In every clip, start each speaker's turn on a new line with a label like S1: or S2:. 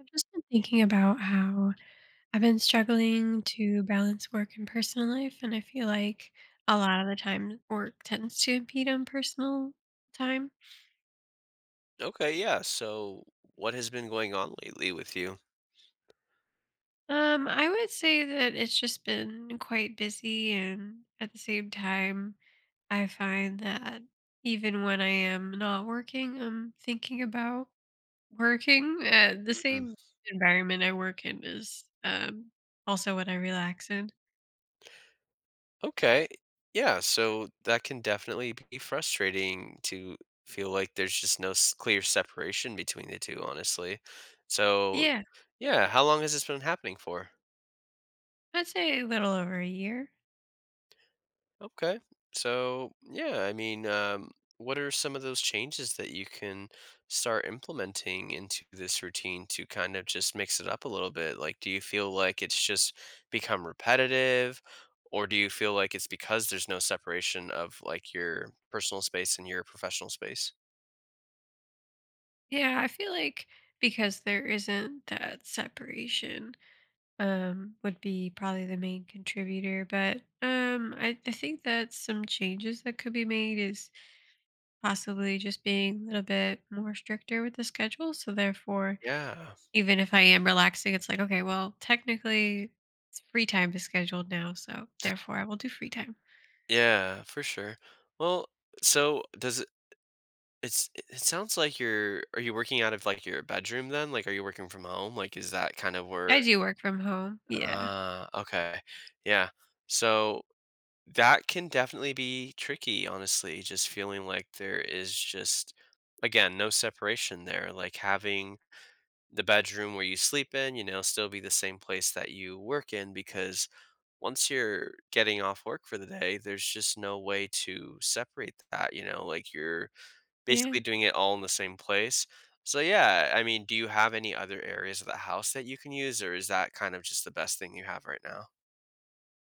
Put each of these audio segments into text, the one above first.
S1: I've just been thinking about how I've been struggling to balance work and personal life, and I feel like a lot of the time work tends to impede on personal time.
S2: Okay, yeah. So, what has been going on lately with you?
S1: I would say that it's just been quite busy, and at the same time, I find that even when I am not working, I'm thinking about working. The
S2: Mhm.
S1: same environment I work in is also what I relax in.
S2: Okay. Yeah, so that can definitely be frustrating to feel like there's just no clear separation between the two, honestly. So,
S1: Yeah,
S2: yeah, how long has this been happening for?
S1: I'd say a little over a year.
S2: Okay. So, yeah, I mean, what are some of those changes that you can start implementing into this routine to kind of just mix it up a little bit? Like, do you feel like it's just become repetitive, or do you feel like it's because there's no separation of like your personal space and your professional space?
S1: Yeah, I feel like because there isn't that separation, would be probably the main contributor. But I think that some changes that could be made is possibly just being a little bit more stricter with the schedule. So therefore,
S2: Yeah.
S1: even if I am relaxing, it's like, okay, well, technically it's free time is scheduled now, so therefore I will do free time.
S2: Yeah, for sure. Well, so does it it's it sounds like you're are you working out of like your bedroom then? Like are you working from home? Like is that kind of
S1: I
S2: where
S1: do work from home. Yeah.
S2: Okay. Yeah. So that can definitely be tricky, honestly, just feeling like there is just, again, no separation there. Like having the bedroom where you sleep in, you know, still be the same place that you work in because once you're getting off work for the day, there's just no way to separate that, you know, like you're
S1: Yeah.
S2: basically doing it all in the same place. So yeah, I mean, do you have any other areas of the house that you can use, or is that kind of just the best thing you have right now?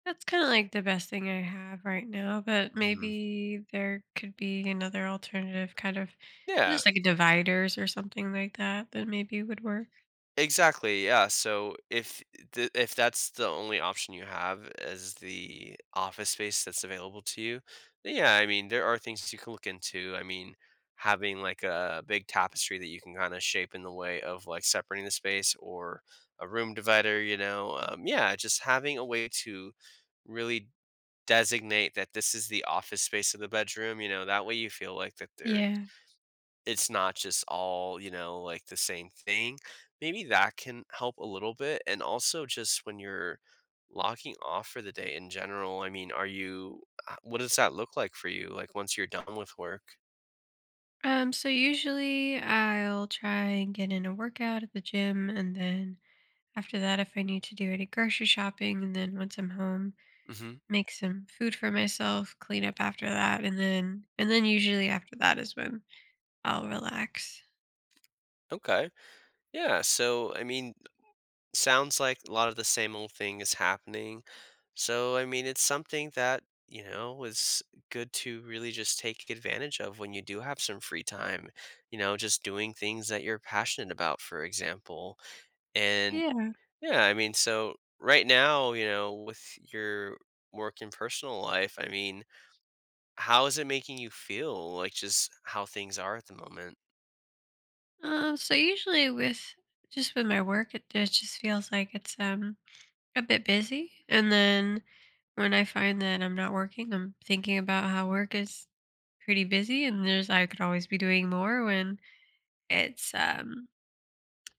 S1: That's kinda like the best thing I have right now, but
S2: Mhm.
S1: maybe there could be another alternative kind of
S2: Yeah,
S1: just like dividers or something like that that maybe would work.
S2: exactly. Yeah. So if if that's the only option you have as the office space that's available to you, then yeah, I mean there are things you can look into. I mean, having like a big tapestry that you can kind of shape in the way of like separating the space or a room divider. You know, yeah, just having a way to really designate that this is the office space of the bedroom. You know, that way you feel like that there's
S1: Yeah.
S2: it's not just all, you know, like the same thing. Maybe that can help a little bit. And also, just when you're locking off for the day in general, I mean, are you, what does that look like for you? Like once you're done with work?
S1: So usually I'll try and get in a workout at the gym, and then after that, if I need to do any grocery shopping, and then once I'm home,
S2: Hmm.
S1: make some food for myself, clean up after that, and then usually after that is when I'll relax.
S2: Okay. Yeah. So, I mean, sounds like a lot of the same old thing is happening. So, I mean, it's something that, you know, is good to really just take advantage of when you do have some free time, you know, just doing things that you're passionate about, for example. And
S1: Yeah.
S2: yeah, I mean, so right now, you know, with your work and personal life, I mean, how is it making you feel? Like just how things are at the moment?
S1: So usually with just with my work, it just feels like it's a bit busy, and then when I find that I'm not working, I'm thinking about how work is pretty busy, and there's I could always be doing more when it's um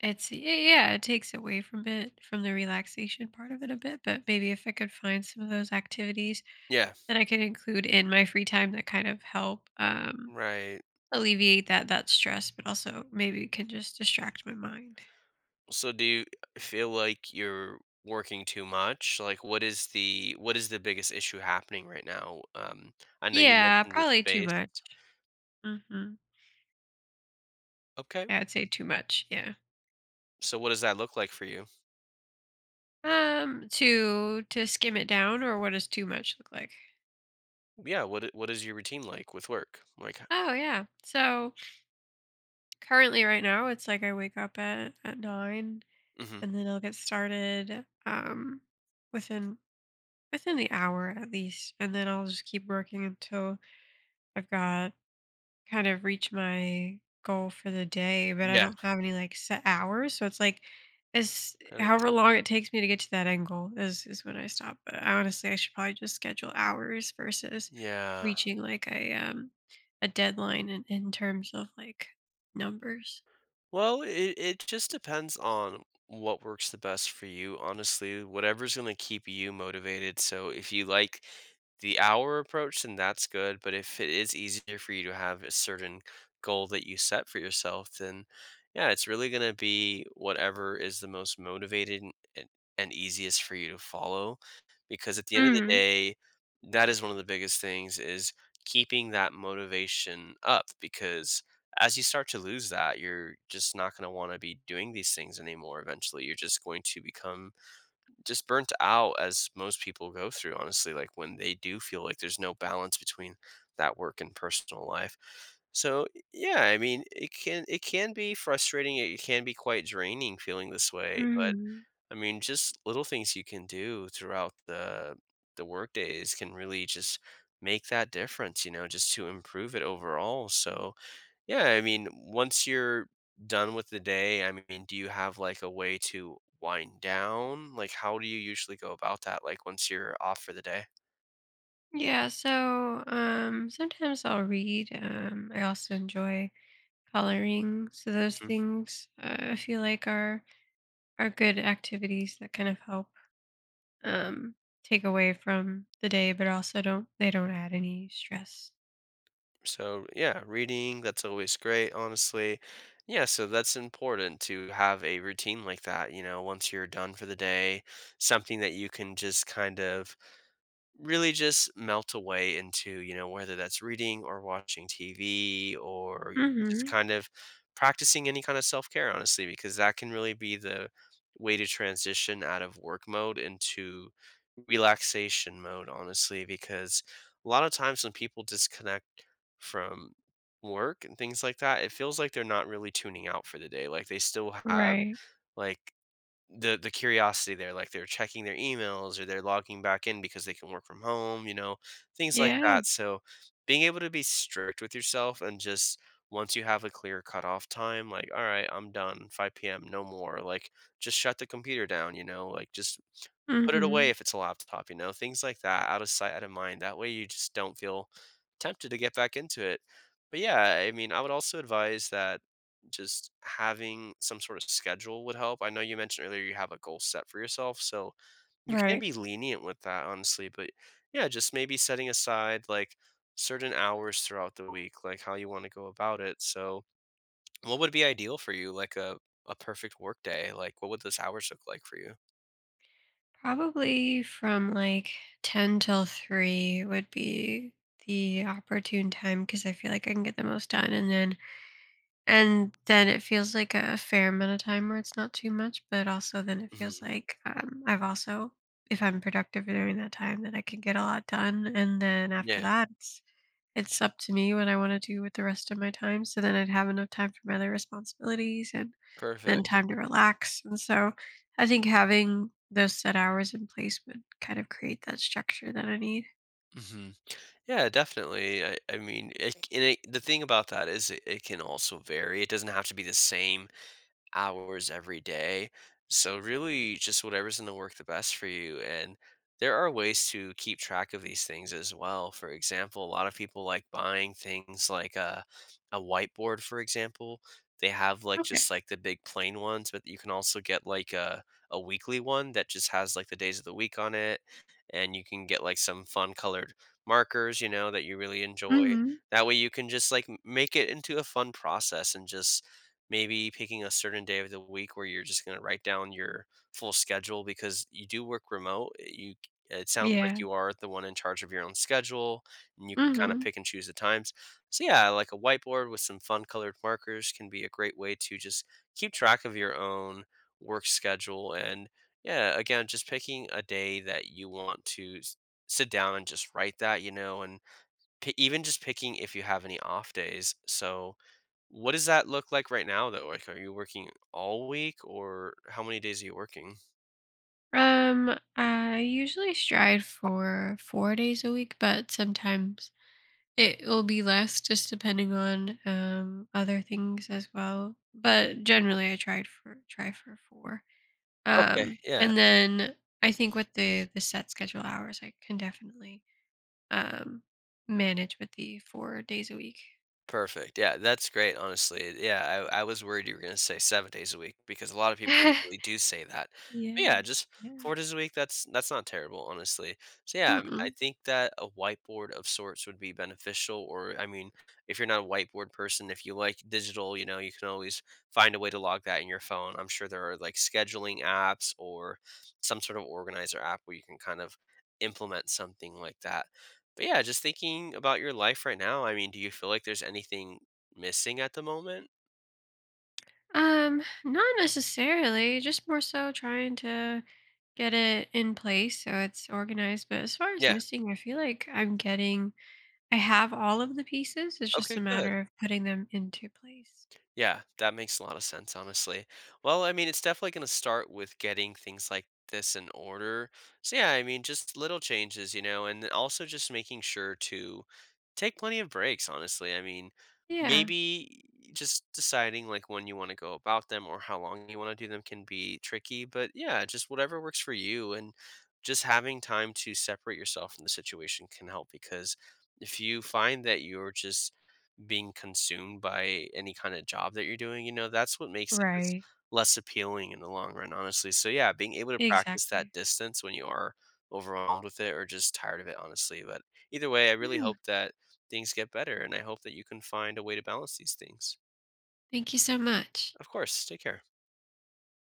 S1: it's yeah, yeah it takes away from it from the relaxation part of it a bit, but maybe if I could find some of those activities
S2: Yeah,
S1: that I could include in my free time that kind of help
S2: right.
S1: alleviate that stress, but also maybe can just distract my mind.
S2: So do you feel like you're working too much? Like what is the biggest issue happening right now? Um, I know you
S1: Yeah,
S2: mentioned the
S1: probably too
S2: space.
S1: much. Mhm.
S2: Okay.
S1: Yeah, I'd say too much, yeah.
S2: So what does that look like for you?
S1: To skim it down or what does too much look like?
S2: Yeah, what is your routine like with work? Like
S1: Oh, yeah. So, currently right now, it's like I wake up at 9
S2: mhm.
S1: and then I'll get started, within within the hour at least, and then I'll just keep working until I've got kind of reach my goal for the day, but I
S2: Yeah.
S1: don't have any like set hours. So it's like as
S2: that is-
S1: however long it takes me to get to that end goal is when I stop. But I honestly I should probably just schedule hours versus
S2: Yeah.
S1: reaching like a a deadline in terms of like numbers.
S2: Well, it just depends on what works the best for you, honestly, whatever's gonna keep you motivated. So if you like the hour approach, then that's good. But if it is easier for you to have a certain goal that you set for yourself, then yeah, it's really gonna be whatever is the most motivated, and easiest for you to follow. Because at the end of the
S1: Mm.
S2: day, that is one of the biggest things is keeping that motivation up because as you start to lose that, you're just not going to want to be doing these things anymore eventually. You're just going to become just burnt out as most people go through, honestly, like when they do feel like there's no balance between that work and personal life. So, yeah, I mean, it can be frustrating, it can be quite draining feeling this way, but
S1: Mm.
S2: I mean, just little things you can do throughout the work days can really just make that difference, you know, just to improve it overall. So, yeah, I mean, once you're done with the day, I mean, do you have like a way to wind down? Like, how do you usually go about that? Like, once you're off for the day?
S1: Yeah, so sometimes I'll read. I also enjoy coloring. So those
S2: Mhm.
S1: things I feel like are good activities that kind of help um, take away from the day, but also don't they don't add any stress.
S2: So, yeah, reading, that's always great, honestly. Yeah, so that's important to have a routine like that, you know, once you're done for the day, something that you can just kind of really just melt away into, you know, whether that's reading or watching TV or just
S1: Mhm.
S2: kind of practicing any kind of self care, honestly, because that can really be the way to transition out of work mode into relaxation mode, honestly, because a lot of times when people disconnect from work and things like that, it feels like they're not really tuning out for the day. Like they still have
S1: Right.
S2: like the curiosity there, like they're checking their emails or they're logging back in because they can work from home, you know, things like
S1: Yeah.
S2: that. So being able to be strict with yourself and just once you have a clear cutoff time, like, all right, I'm done, 5 p.m., no more. Like, just shut the computer down, you know, like just put it away
S1: Mhm.
S2: if it's a laptop, you know, things like that, out of sight, out of mind. That way you just don't feel tempted to get back into it. But yeah, I mean, I would also advise that just having some sort of schedule would help. I know you mentioned earlier you have a goal set for yourself, so you can
S1: Right.
S2: be lenient with that, honestly. But yeah, just maybe setting aside like certain hours throughout the week, like how you want to go about it. So, what would be ideal for you? Like a perfect work day? Like, what would those hours look like for you?
S1: Probably from like 10 till 3 would be the opportune time because I feel like I can get the most done and then it feels like a fair amount of time where it's not too much, but also then it feels
S2: Hmm.
S1: like I've also if I'm productive during that time, then I can get a lot done. And then after
S2: Yeah,
S1: that, it's up to me what I wanna do with the rest of my time, so then I'd have enough time for my other responsibilities and then
S2: perfect.
S1: time to relax, and so I think having those set hours in place would kind of create that structure that I need.
S2: Hmm. Yeah, definitely. I mean, the thing about that is it can also vary. It doesn't have to be the same hours every day. So really just whatever's going to work the best for you and there are ways to keep track of these things as well. For example, a lot of people like buying things like a whiteboard for example. They have like
S1: Okay.
S2: just like the big plain ones, but you can also get like a weekly one that just has like the days of the week on it and you can get like some fun colored markers, you know, that you really enjoy.
S1: Mhm.
S2: That way you can just like make it into a fun process and just maybe picking a certain day of the week where you're just going to write down your full schedule because you do work remote. You it sounds like
S1: Yeah.
S2: you are the one in charge of your own schedule and you can kind of
S1: Mhm.
S2: pick and choose the times. So yeah, like a whiteboard with some fun colored markers can be a great way to just keep track of your own work schedule and yeah, again, just picking a day that you want to sit down and just write that, you know, and even just picking if you have any off days. So what does that look like right now though? Like, are you working all week or how many days are you working?
S1: I usually strive for 4 days a week, but sometimes it will be less just depending on, other things as well, but generally I tried for try for 4.
S2: Okay, yeah.
S1: And then I think with the set schedule hours, I can definitely um manage with the 4 days a week.
S2: Perfect. Yeah, that's great, honestly. Yeah, I was worried you were going to say 7 days a week because a lot of people
S1: yeah.
S2: usually do say that. But yeah,
S1: Yeah.
S2: just 4 days a week, that's not terrible, honestly. So yeah, I mean, I
S1: Mm-mm.
S2: think that a whiteboard of sorts would be beneficial. Or, I mean, if you're not a whiteboard person, if you like digital, you know, you can always find a way to log that in your phone. I'm sure there are like scheduling apps or some sort of organizer app where you can kind of implement something like that. But yeah, just thinking about your life right now, I mean, do you feel like there's anything missing at the moment?
S1: Not necessarily, just more so trying to get it in place so it's organized. But as far as
S2: Yeah.
S1: missing, I feel like I'm getting, I have all of the pieces. It's just
S2: Okay,
S1: a
S2: good.
S1: matter of putting them into place.
S2: Yeah, that makes a lot of sense, honestly. Well, I mean, it's definitely going to start with getting things like this in order. So, yeah, I mean, just little changes, you know, and also just making sure to take plenty of breaks, honestly. I mean,
S1: Yeah.
S2: maybe just deciding like when you want to go about them or how long you want to do them can be tricky, but yeah, just whatever works for you and just having time to separate yourself from the situation can help because if you find that you're just being consumed by any kind of job that you're doing, you know, that's what makes it just
S1: Right.
S2: less appealing in the long run, honestly. So yeah, being able to practice that
S1: Exactly.
S2: distance when you are overwhelmed with it or just tired of it, honestly. But either way, I really
S1: Yeah.
S2: hope that things get better and I hope that you can find a way to balance these things.
S1: Thank you so much.
S2: Of course, take care.